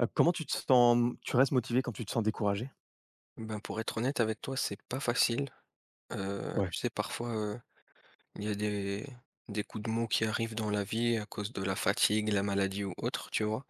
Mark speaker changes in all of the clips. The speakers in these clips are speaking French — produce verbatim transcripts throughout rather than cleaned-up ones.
Speaker 1: Heu, comment tu te sens, tu restes motivé quand tu te sens découragé?
Speaker 2: Ben, pour être honnête avec toi, c'est pas facile. Heu,
Speaker 1: Ouais,
Speaker 2: tu sais, parfois, heu, il y a des des coups de mots qui arrivent dans la vie à cause de la fatigue, la maladie ou autre, tu vois?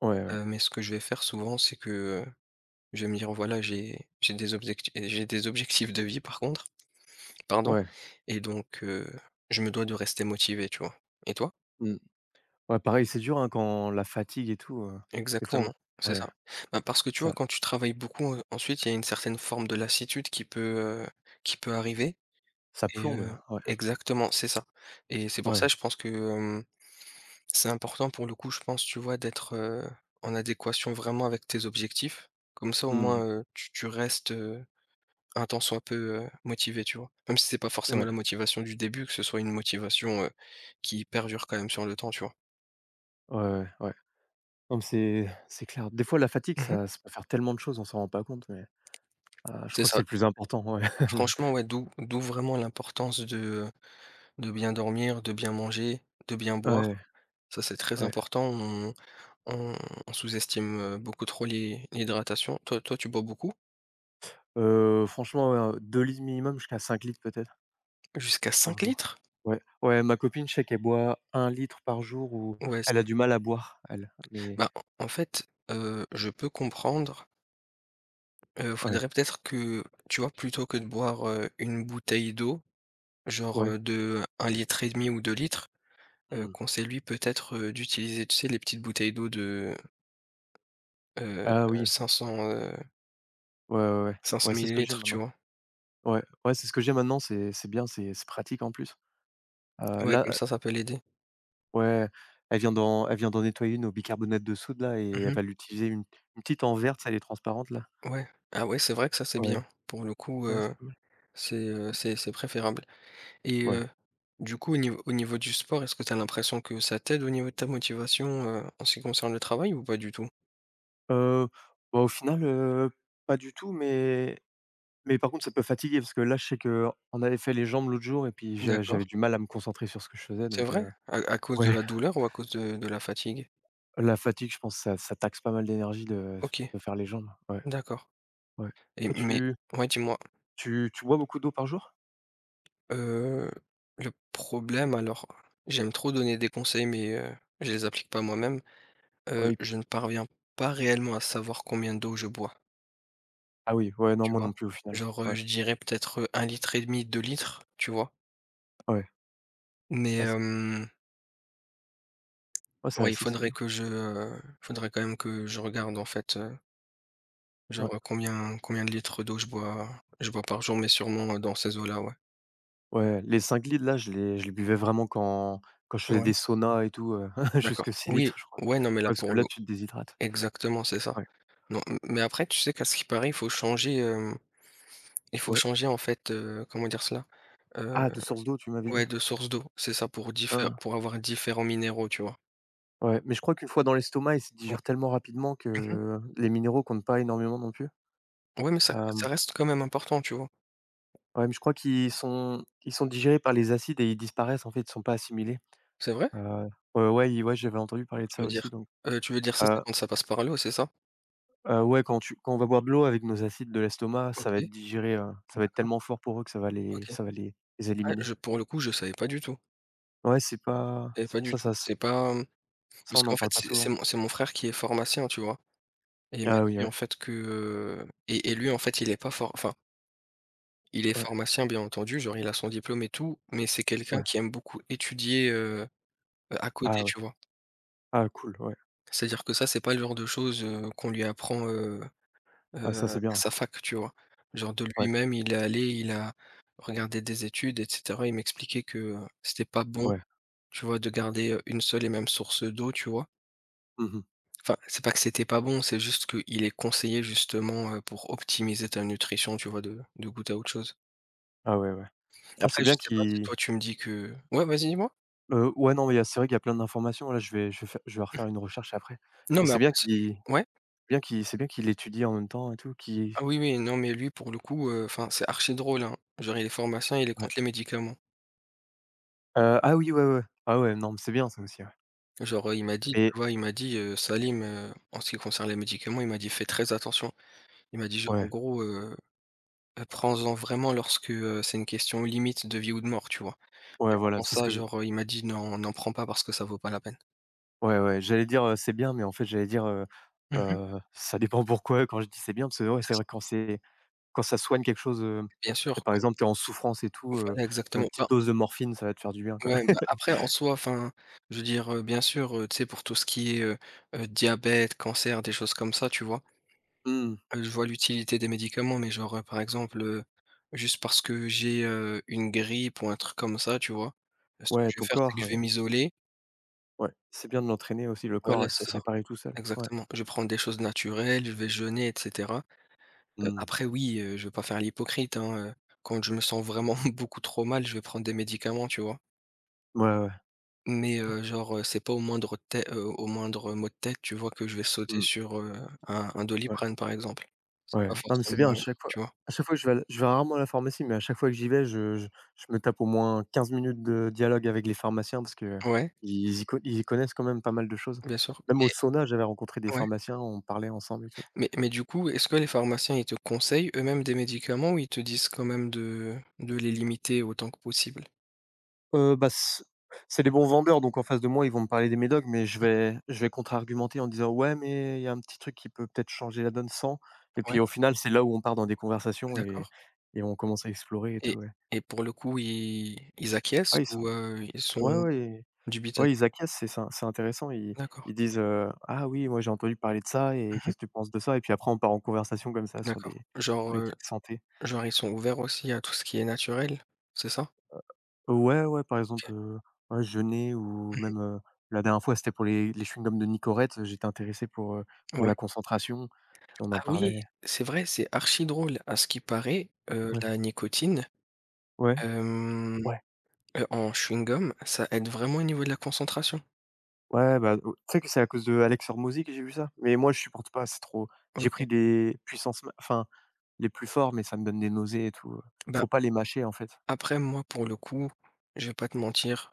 Speaker 1: ouais, ouais,
Speaker 2: Heu, mais ce que je vais faire souvent, c'est que, heu, je vais me dire: «Voilà, j'ai j'ai des objectifs j'ai des objectifs de vie par contre, pardon
Speaker 1: ouais.
Speaker 2: et donc heu, je me dois de rester motivé», tu vois? Et toi?
Speaker 1: Mmh. Ouais, pareil, c'est dur, hein, quand la fatigue et tout, heu, des fois
Speaker 2: Exactement,
Speaker 1: on
Speaker 2: c'est
Speaker 1: ouais,
Speaker 2: ça. Bah, parce que tu vois,
Speaker 1: ça
Speaker 2: quand tu travailles beaucoup, heu, ensuite, il y a une certaine forme de lassitude qui peut, heu, qui peut arriver.
Speaker 1: ça
Speaker 2: Et
Speaker 1: plombe,
Speaker 2: heu
Speaker 1: ouais,
Speaker 2: Exactement, c'est ça. Et c'est pour
Speaker 1: ouais,
Speaker 2: ça, je pense que, hem, c'est important pour le coup, je pense, tu vois, d'être, heu, en adéquation vraiment avec tes objectifs. Comme ça, au
Speaker 1: mmh,
Speaker 2: moins, heu, tu tu restes, heu, un tant soit peu, heu, motivé, tu vois? Même si c'est pas forcément
Speaker 1: ouais,
Speaker 2: la motivation du début, que ce soit une motivation, heu, qui perdure quand même sur le temps, tu vois?
Speaker 1: ouais, ouais, ouais. Non, mais c'est c'est clair. Des fois, la fatigue,
Speaker 2: Mmh.
Speaker 1: ça ça peut faire tellement de choses, on s'en rend pas compte, mais ah, je
Speaker 2: C'est
Speaker 1: crois que
Speaker 2: ça.
Speaker 1: c'est le plus important, ouais.
Speaker 2: Franchement, ouais, d'où d'où vraiment l'importance de, de bien dormir, de bien manger, de bien
Speaker 1: Ouais,
Speaker 2: boire. Ça, c'est très
Speaker 1: ouais,
Speaker 2: important. On on sous-estime, heu, beaucoup trop l'hy l'hydratation. Toi toi, tu bois beaucoup?
Speaker 1: heu, franchement, ouais, heu, litres minimum jusqu'à cinq litres peut-être
Speaker 2: Jusqu'à
Speaker 1: par
Speaker 2: cinq
Speaker 1: jour.
Speaker 2: litres?
Speaker 1: Ouais, ouais, ma copine, je sais qu'elle boit un litre par jour ou
Speaker 2: Ouais, c
Speaker 1: elle a du mal à boire, elle, mais
Speaker 2: bah, en en fait, heu, je peux comprendre. Heu,
Speaker 1: ouais.
Speaker 2: faudrait peut-être que, tu vois, plutôt que de boire, heu, une bouteille d'eau, genre,
Speaker 1: Ouais.
Speaker 2: heu, de un litre et demi ou deux litres, heu,
Speaker 1: Mmh.
Speaker 2: conseille-lui peut-être, heu, d'utiliser, tu sais, les petites bouteilles d'eau de, heu,
Speaker 1: Ah oui.
Speaker 2: cinq cents,
Speaker 1: Ouais, ouais, ouais.
Speaker 2: cinq cents
Speaker 1: Ouais, c'est ce que j'ai
Speaker 2: millilitres. Tu
Speaker 1: maintenant.
Speaker 2: vois?
Speaker 1: Ouais, ouais, c'est ce que j'ai maintenant, c'est c'est bien, c'est c'est pratique en plus. Heu,
Speaker 2: Ouais, comme
Speaker 1: là
Speaker 2: ça, ça peut l'aider.
Speaker 1: Ouais, elle vient d'en elle vient d'en nettoyer une au bicarbonate de soude là et elle
Speaker 2: Mmh.
Speaker 1: va l'utiliser une une petite en verte, ça, elle est transparente là.
Speaker 2: Ouais. Ah ouais, c'est vrai que ça, c'est
Speaker 1: Ouais,
Speaker 2: bien. Pour le coup,
Speaker 1: ouais, c'est
Speaker 2: heu,
Speaker 1: pas mal.
Speaker 2: c'est, heu, c'est c'est préférable. Et
Speaker 1: Ouais.
Speaker 2: heu, du coup, au niveau au niveau du sport, est-ce que tu as l'impression que ça t'aide au niveau de ta motivation, heu, en ce qui concerne le travail ou pas du tout?
Speaker 1: Heu, Bah, au final, heu, pas du tout, mais mais par contre ça peut fatiguer parce que là, je sais que on avait fait les jambes l'autre jour et puis j'a
Speaker 2: D'accord,
Speaker 1: j'avais du mal à me concentrer sur ce que je faisais
Speaker 2: c'est
Speaker 1: donc
Speaker 2: vrai?
Speaker 1: heu,
Speaker 2: À à cause de
Speaker 1: ouais,
Speaker 2: la douleur ou à cause de de la fatigue?
Speaker 1: la fatigue, je pense ça ça taxe pas mal d'énergie de
Speaker 2: OK,
Speaker 1: de faire les jambes, ouais.
Speaker 2: d'accord,
Speaker 1: Ouais.
Speaker 2: et
Speaker 1: Toi,
Speaker 2: mais
Speaker 1: tu
Speaker 2: ouais, dis-moi,
Speaker 1: tu tu bois beaucoup d'eau par jour?
Speaker 2: heu, le problème alors, j'aime trop donner des conseils, mais heu, je les applique pas moi-même, heu,
Speaker 1: Oui.
Speaker 2: je ne parviens pas réellement à savoir combien d'eau je bois,
Speaker 1: Ah oui, ouais, non,
Speaker 2: tu
Speaker 1: moi
Speaker 2: vois?
Speaker 1: non plus au final.
Speaker 2: Genre, heu,
Speaker 1: Ouais,
Speaker 2: je dirais peut-être, un litre et demi, deux litres, tu vois?
Speaker 1: ouais.
Speaker 2: Mais
Speaker 1: Ah c'est
Speaker 2: hem
Speaker 1: ouais, c'est
Speaker 2: Ouais, il
Speaker 1: assez
Speaker 2: faudrait
Speaker 1: sévère.
Speaker 2: que je, heu, faudrait quand même que je regarde en fait, heu,
Speaker 1: Ouais.
Speaker 2: genre, heu, combien combien de litres d'eau je bois je bois par jour, mais sûrement, heu, dans ces eaux-là, ouais.
Speaker 1: Ouais, les cinq litres là, je les je les buvais vraiment quand quand je faisais des
Speaker 2: Ouais,
Speaker 1: saunas et tout, heu,
Speaker 2: d'accord.
Speaker 1: jusque six
Speaker 2: Oui,
Speaker 1: litres, je crois.
Speaker 2: ouais, non,
Speaker 1: Ouais,
Speaker 2: mais là
Speaker 1: parce que
Speaker 2: pour
Speaker 1: là,
Speaker 2: l'eau
Speaker 1: tu te déshydrates.
Speaker 2: exactement, c'est ça.
Speaker 1: Ouais,
Speaker 2: Non, m mais après tu sais qu'à ce qui paraît, il faut changer, hem, il faut
Speaker 1: ouais.
Speaker 2: changer en fait, heu, comment dire cela? Heu,
Speaker 1: Ah, de source d'eau, tu m'avais dit?
Speaker 2: ouais, de source d'eau, c'est ça, pour diffé
Speaker 1: Hein.
Speaker 2: pour avoir différents minéraux, tu vois?
Speaker 1: Ouais, mais je crois qu'une fois dans l'estomac, il se
Speaker 2: Ouais.
Speaker 1: digère tellement rapidement que les minéraux comptent pas énormément non plus.
Speaker 2: Ouais, mais ça ça
Speaker 1: Hem,
Speaker 2: reste quand même important, tu vois?
Speaker 1: ouais, mais je crois qu'ils sont ils sont digérés par les acides et ils disparaissent en fait, ils sont pas assimilés.
Speaker 2: C'est vrai?
Speaker 1: Heu, heu, ouais, i ouais, j'avais entendu parler de
Speaker 2: Tu
Speaker 1: ça
Speaker 2: veux
Speaker 1: aussi
Speaker 2: dire?
Speaker 1: donc
Speaker 2: Heu, tu veux dire ça, c'est
Speaker 1: heu,
Speaker 2: quand ça passe par l'eau, c'est ça?
Speaker 1: heu, ouais, quand tu quand on va boire de l'eau avec nos acides de l'estomac, ça va
Speaker 2: OK,
Speaker 1: être digéré, heu, ça va être
Speaker 2: d'accord,
Speaker 1: tellement fort pour eux que ça va les
Speaker 2: OK.
Speaker 1: ça va les les
Speaker 2: Ah,
Speaker 1: éliminer.
Speaker 2: je pour le coup, je savais pas du tout
Speaker 1: Ouais, c'est pas
Speaker 2: et
Speaker 1: ç
Speaker 2: pas du
Speaker 1: ça
Speaker 2: tout.
Speaker 1: ça s
Speaker 2: C'est pas, mmh,
Speaker 1: ça,
Speaker 2: parce
Speaker 1: on
Speaker 2: qu'en
Speaker 1: en
Speaker 2: fait,
Speaker 1: parle pas
Speaker 2: c'est c'est
Speaker 1: souvent.
Speaker 2: mon c'est mon frère qui est pharmacien, tu vois? Et il m'a
Speaker 1: Ah oui,
Speaker 2: dit
Speaker 1: ouais,
Speaker 2: en fait que, et et lui, en fait, il est pas phar enfin, il est
Speaker 1: ouais,
Speaker 2: pharmacien, bien entendu, genre il a son diplôme et tout, mais c'est quelqu'un
Speaker 1: ouais.
Speaker 2: qui aime beaucoup étudier, heu, à côté,
Speaker 1: Ah ouais.
Speaker 2: tu vois?
Speaker 1: Ah cool, ouais.
Speaker 2: C'est-à-dire que ça, c'est pas le genre de choses, heu, qu'on lui apprend, heu
Speaker 1: Ah
Speaker 2: heu,
Speaker 1: ça, c'est
Speaker 2: à
Speaker 1: bien.
Speaker 2: sa fac, tu vois? Genre de
Speaker 1: Ouais,
Speaker 2: lui-même, il est allé, il a regardé des études et cetera. Il m'expliquait que, c'était pas bon,
Speaker 1: ouais.
Speaker 2: tu vois, de garder, heu, une seule et même source d'eau, tu vois?
Speaker 1: Mmh mh.
Speaker 2: Enfin, c'est pas que c'était pas bon, c'est juste qu'il est conseillé justement, heu, pour optimiser ta nutrition, tu vois, de de goûter à autre chose.
Speaker 1: Ah ouais, ouais. Ah, c'est
Speaker 2: Après, je
Speaker 1: bien
Speaker 2: sais pas si
Speaker 1: qu'ils
Speaker 2: toi tu me dis que ouais, vas-y, dis-moi?
Speaker 1: heu, ouais, non, mais il y a c'est vrai qu'il y a plein d'informations. Là, je vais je vais fai je vais refaire une recherche après.
Speaker 2: Non,
Speaker 1: Mais
Speaker 2: mais
Speaker 1: c'est bien
Speaker 2: après si
Speaker 1: qu'ils
Speaker 2: tu ouais?
Speaker 1: bien qu'ils c'est bien qu'ils l'étudient en même temps et tout, qu'ils.
Speaker 2: Ah oui, oui, non, mais lui pour le coup, heu, enfin, c'est archi drôle, hein. Genre il est pharmacien, il est contre les médicaments.
Speaker 1: Heu, ah oui, ouais, ouais. Ouais. Ah ouais, non, mais c'est bien ça aussi, ouais.
Speaker 2: Genre, heu, il m'a dit, tu
Speaker 1: Et
Speaker 2: vois, il m'a dit, heu, Salim, heu, en ce qui concerne les médicaments, il m'a dit: «Fais très attention». Il m'a dit genre en
Speaker 1: ouais,
Speaker 2: gros, heu, heu, prends-en vraiment lorsque, heu, c'est une question limite de vie ou de mort, tu vois? Mais
Speaker 1: ouais, voilà,
Speaker 2: avant
Speaker 1: c'est ce
Speaker 2: ça,
Speaker 1: que
Speaker 2: genre, heu, il m'a dit: «N'en n'en prends pas parce que ça vaut pas la peine».
Speaker 1: ouais, ouais, j'allais dire, heu, c'est bien, mais en fait, j'allais dire, heu
Speaker 2: Mmh mh.
Speaker 1: heu, ça dépend pourquoi quand je dis: «C'est bien» parce que ouais,
Speaker 2: C'est
Speaker 1: c'est vrai
Speaker 2: ça.
Speaker 1: quand c'est quand ça soigne quelque chose, heu, tu
Speaker 2: Bien
Speaker 1: sais,
Speaker 2: sûr.
Speaker 1: par
Speaker 2: Quand
Speaker 1: exemple, tu es en souffrance et tout, heu,
Speaker 2: Voilà,
Speaker 1: une
Speaker 2: exactement. Ben,
Speaker 1: petite dose de morphine, ça va te faire du bien, quoi.
Speaker 2: ouais, bah, après en soi, enfin, je veux dire, heu, bien sûr, heu, tu sais, pour tout ce qui est, heu heu, diabète, cancer, des choses comme ça, tu vois?
Speaker 1: Mmh.
Speaker 2: Heu, je vois l'utilité des médicaments, mais genre, heu, par exemple, heu, juste parce que j'ai, heu, une grippe ou un truc comme ça, tu vois? Heu, ce que
Speaker 1: Ouais,
Speaker 2: je vais
Speaker 1: ton
Speaker 2: faire, c'est que
Speaker 1: corps,
Speaker 2: je vais
Speaker 1: heu,
Speaker 2: m'isoler.
Speaker 1: ouais, c'est bien de l'entraîner aussi, le corps
Speaker 2: Voilà,
Speaker 1: à
Speaker 2: c'est
Speaker 1: se
Speaker 2: ça,
Speaker 1: réparer tout seul. Ouais.
Speaker 2: exactement. Je vais prendre des choses naturelles, je vais jeûner et cetera. Heu,
Speaker 1: Mmh.
Speaker 2: après oui, heu, je vais pas faire l'hypocrite, hein, heu, quand je me sens vraiment
Speaker 1: Mmh.
Speaker 2: beaucoup trop mal, je vais prendre des médicaments, tu vois?
Speaker 1: Ouais, ouais.
Speaker 2: Mais, heu, genre, heu, c'est pas au moindre tê heu, au moindre mot de tête, tu vois, que je vais sauter
Speaker 1: Mmh.
Speaker 2: sur, heu, un un
Speaker 1: Ouais.
Speaker 2: Doliprane, par exemple. C'est
Speaker 1: Ouais,
Speaker 2: pas
Speaker 1: non, mais c'est bien à
Speaker 2: forcément, heu,
Speaker 1: chaque fois
Speaker 2: tu vois?
Speaker 1: à chaque fois que je vais à la- je vais rarement à la pharmacie, mais à chaque fois que j'y vais, je je je me tape au moins quinze minutes de dialogue avec les pharmaciens parce qu'ils
Speaker 2: Ouais,
Speaker 1: y co ils y connaissent quand même pas mal de choses.
Speaker 2: bien sûr,
Speaker 1: Même au
Speaker 2: mais
Speaker 1: sauna, j'avais rencontré des
Speaker 2: ouais,
Speaker 1: pharmaciens, on parlait ensemble et tout.
Speaker 2: mais mais du coup, est-ce que les pharmaciens, ils te conseillent eux-mêmes des médicaments ou ils te disent quand même de de les limiter autant que possible?
Speaker 1: Heu, bah, c c'est des bons vendeurs, donc en face de moi, ils vont me parler des médocs, mais je vais je vais contre-argumenter en disant: «Ouais, mais il y a un petit truc qui peut peut-être changer la donne sans», et
Speaker 2: Mmh, ouais,
Speaker 1: puis au final, c'est là où on part dans des conversations et
Speaker 2: d'accord,
Speaker 1: et on commence à explorer et
Speaker 2: et
Speaker 1: tout, ouais.
Speaker 2: et pour le coup, ils ils acquiescent
Speaker 1: Ouais, ils sont,
Speaker 2: ou, heu, ils sont
Speaker 1: ouais, ouais. Ouais,
Speaker 2: dubitatifs?
Speaker 1: ils acquiescent, c'est ça, c'est intéressant. Ils
Speaker 2: D'accord.
Speaker 1: ils disent, heu: «Ah oui, moi j'ai entendu parler de ça et
Speaker 2: Mmh.
Speaker 1: qu'est-ce que tu penses de ça?» Et puis après on part en conversation comme ça sur
Speaker 2: D'accord.
Speaker 1: des sur
Speaker 2: Genre,
Speaker 1: les
Speaker 2: heu,
Speaker 1: trucs santé.
Speaker 2: genre, ils sont ouverts aussi à tout ce qui est naturel, c'est ça?
Speaker 1: Ouais, ouais, par exemple,
Speaker 2: OK.
Speaker 1: heu, ouais, jeûner ou
Speaker 2: Mmh.
Speaker 1: même, heu, la dernière fois, c'était pour les les chewing-gums de Nicorette, j'étais intéressé pour, heu, pour
Speaker 2: Ouais.
Speaker 1: la concentration, puis on
Speaker 2: Ah
Speaker 1: en
Speaker 2: oui,
Speaker 1: parlait.
Speaker 2: c'est vrai, c'est archi drôle. À ce qui paraît, heu,
Speaker 1: Ouais,
Speaker 2: la nicotine,
Speaker 1: ouais,
Speaker 2: hem,
Speaker 1: ouais,
Speaker 2: heu, en chewing-gum, ça aide vraiment au niveau de la concentration?
Speaker 1: ouais, bah, oh, tu sais que c'est à cause de Alex Hormozy que j'ai vu ça? Mais moi je supporte pas, c'est trop j'ai
Speaker 2: OK.
Speaker 1: pris des puissances ma enfin, les plus forts, mais ça me donne des nausées et tout,
Speaker 2: Bah,
Speaker 1: faut pas les mâcher en fait.
Speaker 2: après moi, pour le coup, je vais pas te mentir,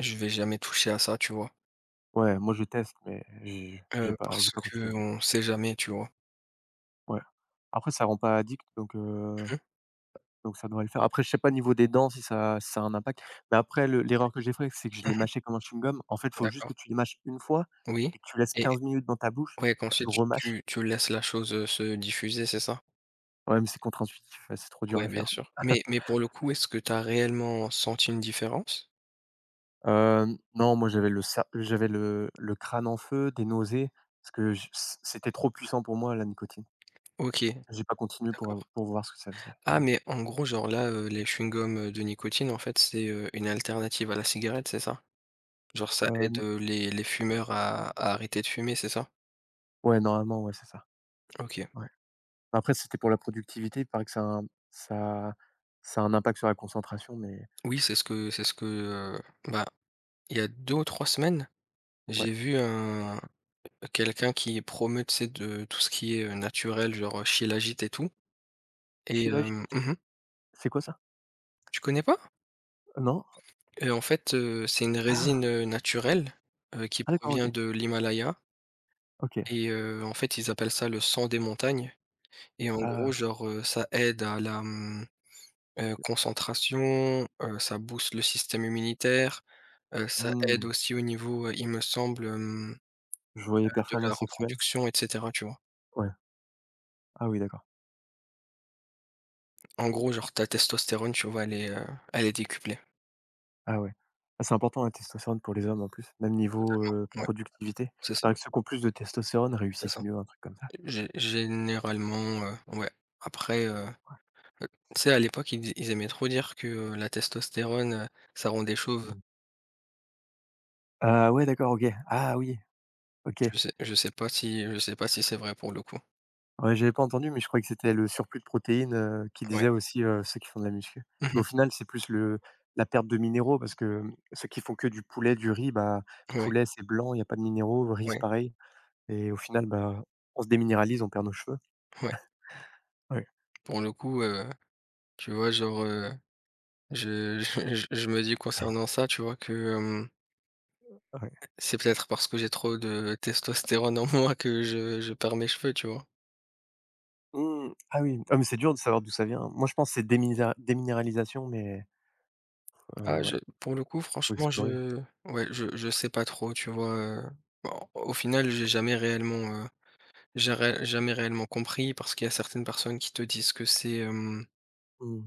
Speaker 2: je vais jamais toucher à ça, tu vois?
Speaker 1: Ouais, moi je teste, mais j'ai j'ai
Speaker 2: Heu,
Speaker 1: pas j'ai
Speaker 2: parce
Speaker 1: pas
Speaker 2: que
Speaker 1: continué.
Speaker 2: on sait jamais, tu vois?
Speaker 1: Ouais. Après ça rend pas addict, donc heu,
Speaker 2: Mmh mh.
Speaker 1: donc ça devrait le faire. Après je sais pas niveau des dents si ça si ça a un impact, mais après le l'erreur que j'ai faite, c'est que je l'ai
Speaker 2: Mmh.
Speaker 1: mâché comme un chewing-gum. En fait, il faut juste que
Speaker 2: D'accord.
Speaker 1: tu les mâches une fois
Speaker 2: Oui
Speaker 1: et que tu laisses
Speaker 2: et
Speaker 1: quinze minutes dans ta bouche
Speaker 2: ouais,
Speaker 1: et que tu
Speaker 2: qu'ensuite tu
Speaker 1: remâches.
Speaker 2: tu tu laisses la chose, heu, se diffuser, c'est ça?
Speaker 1: Ouais, mais c'est contre-intuitif, ouais, c'est trop dur
Speaker 2: Ouais,
Speaker 1: à
Speaker 2: bien
Speaker 1: faire.
Speaker 2: sûr. Mais mais pour le coup, est-ce que tu as réellement senti une différence?
Speaker 1: Hem, non, moi j'avais le cer j'avais le le crâne en feu, des nausées, parce que je, c'était trop puissant pour moi la nicotine.
Speaker 2: OK,
Speaker 1: J'ai pas continué pour av
Speaker 2: d'accord.
Speaker 1: pour voir ce que ça faisait.
Speaker 2: Ah
Speaker 1: Ouais.
Speaker 2: mais en gros, genre là, heu, les chewing-gums, heu, de nicotine, en fait, c'est, heu, une alternative à la cigarette, c'est ça? Genre ça
Speaker 1: Heu,
Speaker 2: aide,
Speaker 1: n
Speaker 2: heu, les les fumeurs à à arrêter de fumer, c'est ça?
Speaker 1: Ouais, normalement, ouais, c'est ça.
Speaker 2: OK.
Speaker 1: Ouais. Après, c'était pour la productivité, il paraît que ça a un ça ça a un impact sur la concentration, mais
Speaker 2: Oui, c'est ce que c'est ce que, heu, bah, il y a deux ou trois semaines,
Speaker 1: ouais.
Speaker 2: j'ai vu un quelqu'un qui promeut, tu sais, de tout ce qui est, heu, naturel, genre, heu, Shilajit et tout et
Speaker 1: Shilajit,
Speaker 2: hem mmh
Speaker 1: c'est quoi ça?
Speaker 2: Tu connais pas?
Speaker 1: Non?
Speaker 2: Et en fait, heu, c'est une résine,
Speaker 1: Ah!
Speaker 2: heu, naturelle, heu, qui
Speaker 1: Ah d'accord, OK.
Speaker 2: provient de l'Himalaya,
Speaker 1: OK.
Speaker 2: et heu, en fait, ils appellent ça le sang des montagnes. Et en gros,
Speaker 1: Ah,
Speaker 2: genre, heu, ça aide à la, mmh, heu, concentration, heu, ça booste le système immunitaire, heu, ça
Speaker 1: Hmm,
Speaker 2: aide aussi au niveau, heu, il me semble, hem,
Speaker 1: je voyais
Speaker 2: heu, de la
Speaker 1: performance sexuelle.
Speaker 2: reproduction et cetera, tu vois?
Speaker 1: Ouais. Ah oui, d'accord.
Speaker 2: En gros, genre ta testostérone, tu vois, elle est, heu, elle est décuplée.
Speaker 1: Ah ouais. Ah, c'est important la testostérone pour les hommes en plus, même niveau, heu,
Speaker 2: Ouais,
Speaker 1: productivité. Il
Speaker 2: c'est ça,
Speaker 1: paraît que ceux qui ont plus de testostérone
Speaker 2: c'est
Speaker 1: réussissent
Speaker 2: ça.
Speaker 1: mieux, un truc comme ça.
Speaker 2: Gé Généralement, heu, ouais. Après, heu, heu, tu sais, à l'époque, ils ils aimaient trop dire que, heu, la testostérone, heu, ça rend des chauves.
Speaker 1: Mmh. Ah ouais, d'accord, OK. Ah oui, OK.
Speaker 2: Je sais je sais pas si je sais pas si c'est vrai pour le coup.
Speaker 1: Ouais, j'avais pas entendu, mais je croyais que c'était le surplus de protéines, heu, qui
Speaker 2: Ouais.
Speaker 1: disait aussi, heu, ceux qui font de la muscu. Mais au
Speaker 2: Mmh.
Speaker 1: final, c'est plus le la perte de minéraux parce que, ceux qui font que du poulet, du riz, bah,
Speaker 2: Ouais, ouais,
Speaker 1: poulet, c'est blanc, il y a pas de minéraux, riz, c'est
Speaker 2: ouais,
Speaker 1: pareil et au final, bah, on se déminéralise, on perd nos cheveux.
Speaker 2: ouais.
Speaker 1: Ouais,
Speaker 2: Pour le coup, heu, tu vois, genre, heu, je je je je me dis concernant ça, tu vois, que, hem,
Speaker 1: ouais.
Speaker 2: c'est peut-être parce que j'ai trop de testostérone en moi que je je perds mes cheveux, tu vois?
Speaker 1: Mmh, ah oui, ah mais c'est dur de savoir d'où ça vient. Moi, je pense que c'est déminéra déminéralisation, mais
Speaker 2: Ah
Speaker 1: heu, ouais,
Speaker 2: je pour le coup,
Speaker 1: faut
Speaker 2: franchement,
Speaker 1: explorer.
Speaker 2: je ouais, je je sais pas trop, tu vois, heu, bon, au final, j'ai jamais réellement, heu, j'ai ré jamais réellement compris parce qu'il y a certaines personnes qui te disent que c'est, hem,
Speaker 1: Mmh.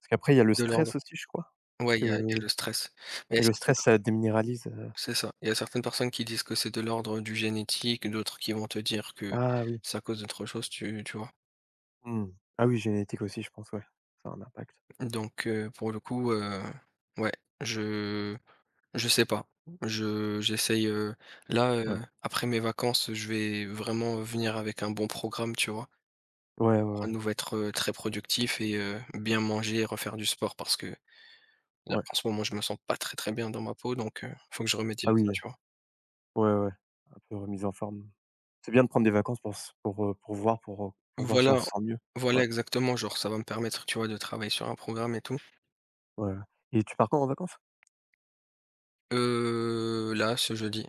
Speaker 1: Parce qu'après, il y a le
Speaker 2: de l'ordre,
Speaker 1: stress aussi, je crois? Parce
Speaker 2: ouais, il y a il y a
Speaker 1: que
Speaker 2: le stress. Mais il y a
Speaker 1: et le
Speaker 2: certaines
Speaker 1: stress, ça déminéralise, heu,
Speaker 2: C'est ça. Il y a certaines personnes qui disent que c'est de l'ordre du génétique, d'autres qui vont te dire que
Speaker 1: ah oui.
Speaker 2: c'est à cause d'autre chose, tu, tu vois?
Speaker 1: Mmh. Ah oui, génétique aussi, je pense, ouais. Ça a un impact.
Speaker 2: Donc, heu, pour le coup, heu, ouais, je je sais pas. Je j'essaye, heu, là,
Speaker 1: Ouais.
Speaker 2: heu, après mes vacances, je vais vraiment venir avec un bon programme, tu vois?
Speaker 1: Ouais, ouais,
Speaker 2: Pour
Speaker 1: ouais.
Speaker 2: à nouveau être, heu, très productif et heu, bien manger et refaire du sport parce que, là,
Speaker 1: Ouais.
Speaker 2: en ce moment, je me sens pas très, très bien dans ma peau donc, heu, faut que je remédie à
Speaker 1: Ah
Speaker 2: ça,
Speaker 1: oui,
Speaker 2: tu vois?
Speaker 1: ouais, ouais. Un peu remise en forme. C'est bien de prendre des vacances pour s pour, heu, pour voir pour, heu, pour voir si on
Speaker 2: Voilà,
Speaker 1: se sent mieux.
Speaker 2: voilà
Speaker 1: Ouais,
Speaker 2: exactement, genre ça va me permettre, tu vois, de travailler sur un programme et tout.
Speaker 1: ouais, ouais. Et tu pars quand en vacances?
Speaker 2: Heu, là, ce jeudi,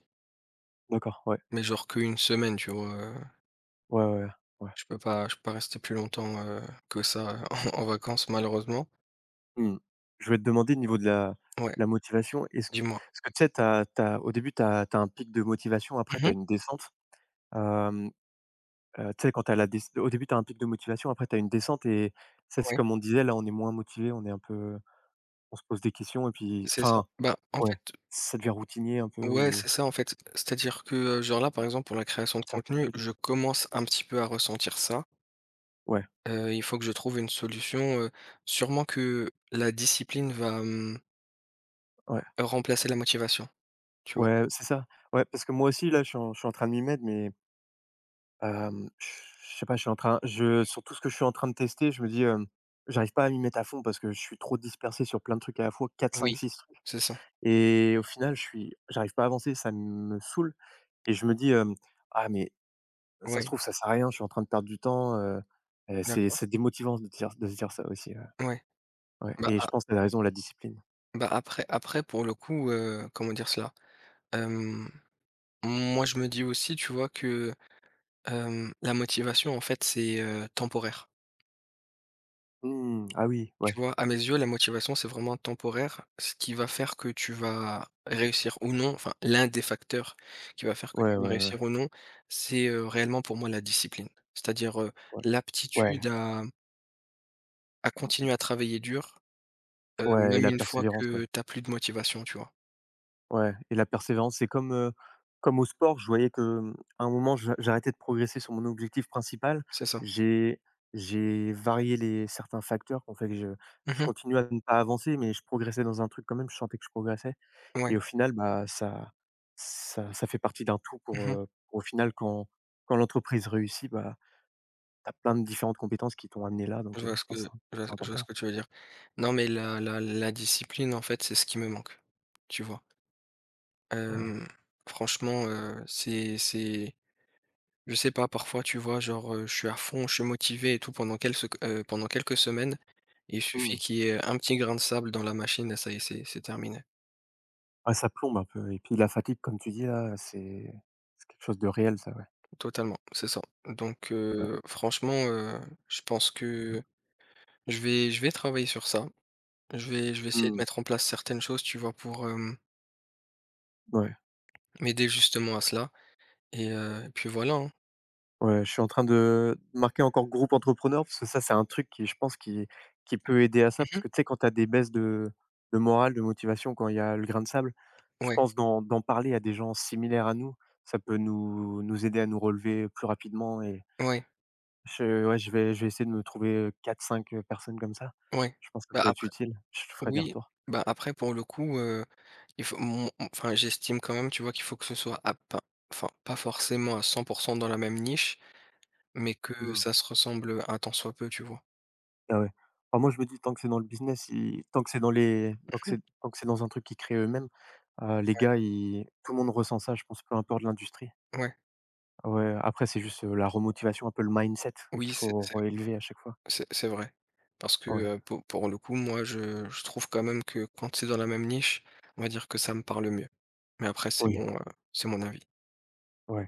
Speaker 1: D'accord, ouais.
Speaker 2: mais genre qu'une semaine, tu vois? Heu,
Speaker 1: Ouais, ouais, ouais.
Speaker 2: je peux pas je peux pas rester plus longtemps, heu, que ça, heu, en en vacances malheureusement.
Speaker 1: Mmh. Je voulais te demander au niveau de la
Speaker 2: Ouais,
Speaker 1: la motivation, est-ce q
Speaker 2: dis-moi.
Speaker 1: est que tu sais, t'as as au début, tu as un pic de motivation, après tu as
Speaker 2: Mmh.
Speaker 1: une descente? Hem, heu, Tu sais, quand t'as la dés au début, tu as un pic de motivation, après tu as une descente et ça, c'est
Speaker 2: Ouais,
Speaker 1: comme on disait, là, on est moins motivé, on est un peu. On se pose des questions et puis
Speaker 2: c'est ça.
Speaker 1: enfin,
Speaker 2: Bah, en
Speaker 1: ouais,
Speaker 2: fait
Speaker 1: ça devient routinier un peu
Speaker 2: ouais,
Speaker 1: ou
Speaker 2: c'est ça en fait. C'est-à-dire que, heu, genre là, par exemple, pour la création de contenu,
Speaker 1: certitude.
Speaker 2: je commence un petit peu à ressentir ça.
Speaker 1: Ouais,
Speaker 2: Heu, il faut que je trouve une solution, heu, sûrement que la discipline va, mmh,
Speaker 1: ouais,
Speaker 2: remplacer la motivation, tu vois?
Speaker 1: ouais, c'est ça. Ouais, parce que moi aussi là, je suis en je suis en train de m'y mettre, mais hem, je je sais pas, je suis en train je sur tout ce que je suis en train de tester, je me dis, hem, j'arrive pas à m'y mettre à fond parce que je suis trop dispersé sur plein de trucs à la fois, quatre cinq
Speaker 2: Oui,
Speaker 1: six trucs
Speaker 2: c'est ça.
Speaker 1: et au final, je suis j'arrive pas à avancer, ça me saoule et je me dis, hem: «Ah mais ça se
Speaker 2: Ouais,
Speaker 1: trouve, ça sert à rien, je suis en train de perdre du temps», heu et c'est
Speaker 2: d'accord.
Speaker 1: c'est démotivant de dire de se dire ça aussi, ouais.
Speaker 2: Ouais.
Speaker 1: Ouais
Speaker 2: Bah,
Speaker 1: et
Speaker 2: a
Speaker 1: je pense qu'elle a raison, la discipline.
Speaker 2: bah, après après pour le coup, heu, comment dire cela? Hem, moi je me dis aussi, tu vois, que, hem, la motivation en fait c'est, heu, temporaire.
Speaker 1: Mmh, ah oui, ouais.
Speaker 2: Tu vois? À mes yeux, la motivation c'est vraiment temporaire. Ce qui va faire que tu vas réussir ou non, enfin l'un des facteurs qui va faire que
Speaker 1: Ouais, ouais,
Speaker 2: tu vas
Speaker 1: ouais,
Speaker 2: réussir ou non, c'est, heu, réellement pour moi la discipline. C'est-à-dire, heu,
Speaker 1: ouais. Ouais.
Speaker 2: l'aptitude à à
Speaker 1: Mmh.
Speaker 2: continuer à travailler dur, heu,
Speaker 1: Ouais et
Speaker 2: même
Speaker 1: la
Speaker 2: une fois
Speaker 1: persévérance, ouais.
Speaker 2: que tu as plus de motivation, tu vois?
Speaker 1: Ouais et la persévérance, c'est comme, heu, comme au sport, je voyais que, mmh, à un moment, j'a j'arrêtais de progresser sur mon objectif principal.
Speaker 2: C'est ça.
Speaker 1: J'ai j'ai varié les certains facteurs qui ont fait que je je
Speaker 2: Mmh.
Speaker 1: continuais à ne pas avancer, mais je progressais dans un truc quand même, je sentais que je progressais et
Speaker 2: Ouais.
Speaker 1: au final, bah, ça ça ça fait partie d'un tout pour,
Speaker 2: Mmh.
Speaker 1: heu, au final, quand quand l'entreprise réussit, bah t'as plein de différentes compétences qui t'ont amené là,
Speaker 2: Je
Speaker 1: donc heu,
Speaker 2: vois
Speaker 1: je
Speaker 2: ce que
Speaker 1: pense que c'est
Speaker 2: je vois ce
Speaker 1: c'est
Speaker 2: je vois ce
Speaker 1: important.
Speaker 2: que tu veux dire. Non, mais la la la discipline, en fait, c'est ce qui me manque, tu vois?
Speaker 1: Ah ouais.
Speaker 2: Hem, franchement, heu, c'est c'est je sais pas, parfois, tu vois, genre, heu, je suis à fond, je suis motivé et tout pendant quelques sec pendant quelques semaines. Il suffit
Speaker 1: Mmh.
Speaker 2: qu'il y ait un petit grain de sable dans la machine, et ça y est, c'est c'est terminé.
Speaker 1: Ouais, ça plombe un peu et puis la fatigue comme tu dis là, c'est c'est quelque chose de réel ça, ouais.
Speaker 2: Totalement, c'est ça. Donc
Speaker 1: Ouais.
Speaker 2: heu, franchement, heu, je pense que je vais je vais travailler sur ça. Je vais je vais essayer de
Speaker 1: Mmh.
Speaker 2: mettre en place certaines choses, tu vois, pour, hem
Speaker 1: Ouais.
Speaker 2: m'aider justement à cela, et heu, et puis voilà, hein.
Speaker 1: Ouais, je suis en train de marquer encore groupe entrepreneur parce que ça, c'est un truc qui je pense qui qui peut aider à ça parce
Speaker 2: Mmh.
Speaker 1: que tu sais quand tu as des baisses de de morale, de motivation, quand il y a le grain de sable, je
Speaker 2: Ouais,
Speaker 1: pense d'en d'en parler à des gens similaires à nous, ça peut nous nous aider à nous relever plus rapidement.
Speaker 2: ouais,
Speaker 1: Je Ouais, je vais je vais essayer de me trouver, quatre cinq personnes comme ça.
Speaker 2: ouais.
Speaker 1: Je pense que ça
Speaker 2: Bah,
Speaker 1: peut être
Speaker 2: après
Speaker 1: utile. Je te ferai des
Speaker 2: oui,
Speaker 1: retours.
Speaker 2: bah, après pour le coup, heu, il faut mon mon- enfin, j'estime quand même, tu vois, qu'il faut que ce soit à pas enfin pas forcément à cent dans la même niche, mais que
Speaker 1: Mmh.
Speaker 2: ça se ressemble, heu, un tant soit peu, tu vois?
Speaker 1: Ah ouais. Bah, moi, je me dis tant que c'est dans le business, ils tant que c'est dans les tant que
Speaker 2: Mmh.
Speaker 1: c'est tant que c'est dans un truc qu'ils créent eux-mêmes, heu, les gars, ils tout le monde ressent ça, je pense, peu importe l'industrie.
Speaker 2: Ouais, ouais.
Speaker 1: Ah ouais, après c'est juste, heu, la remotivation, un peu le mindset qu'il
Speaker 2: Oui, c'est
Speaker 1: faut
Speaker 2: c'est
Speaker 1: relever à chaque fois.
Speaker 2: c'est c'est vrai. Parce que,
Speaker 1: Ouais,
Speaker 2: heu, pou pour le coup, moi, je je trouve quand même que quand c'est dans la même niche, on va dire que ça me parle mieux. Mais après c'est
Speaker 1: oui,
Speaker 2: mon, heu, c'est mon avis.
Speaker 1: ouais.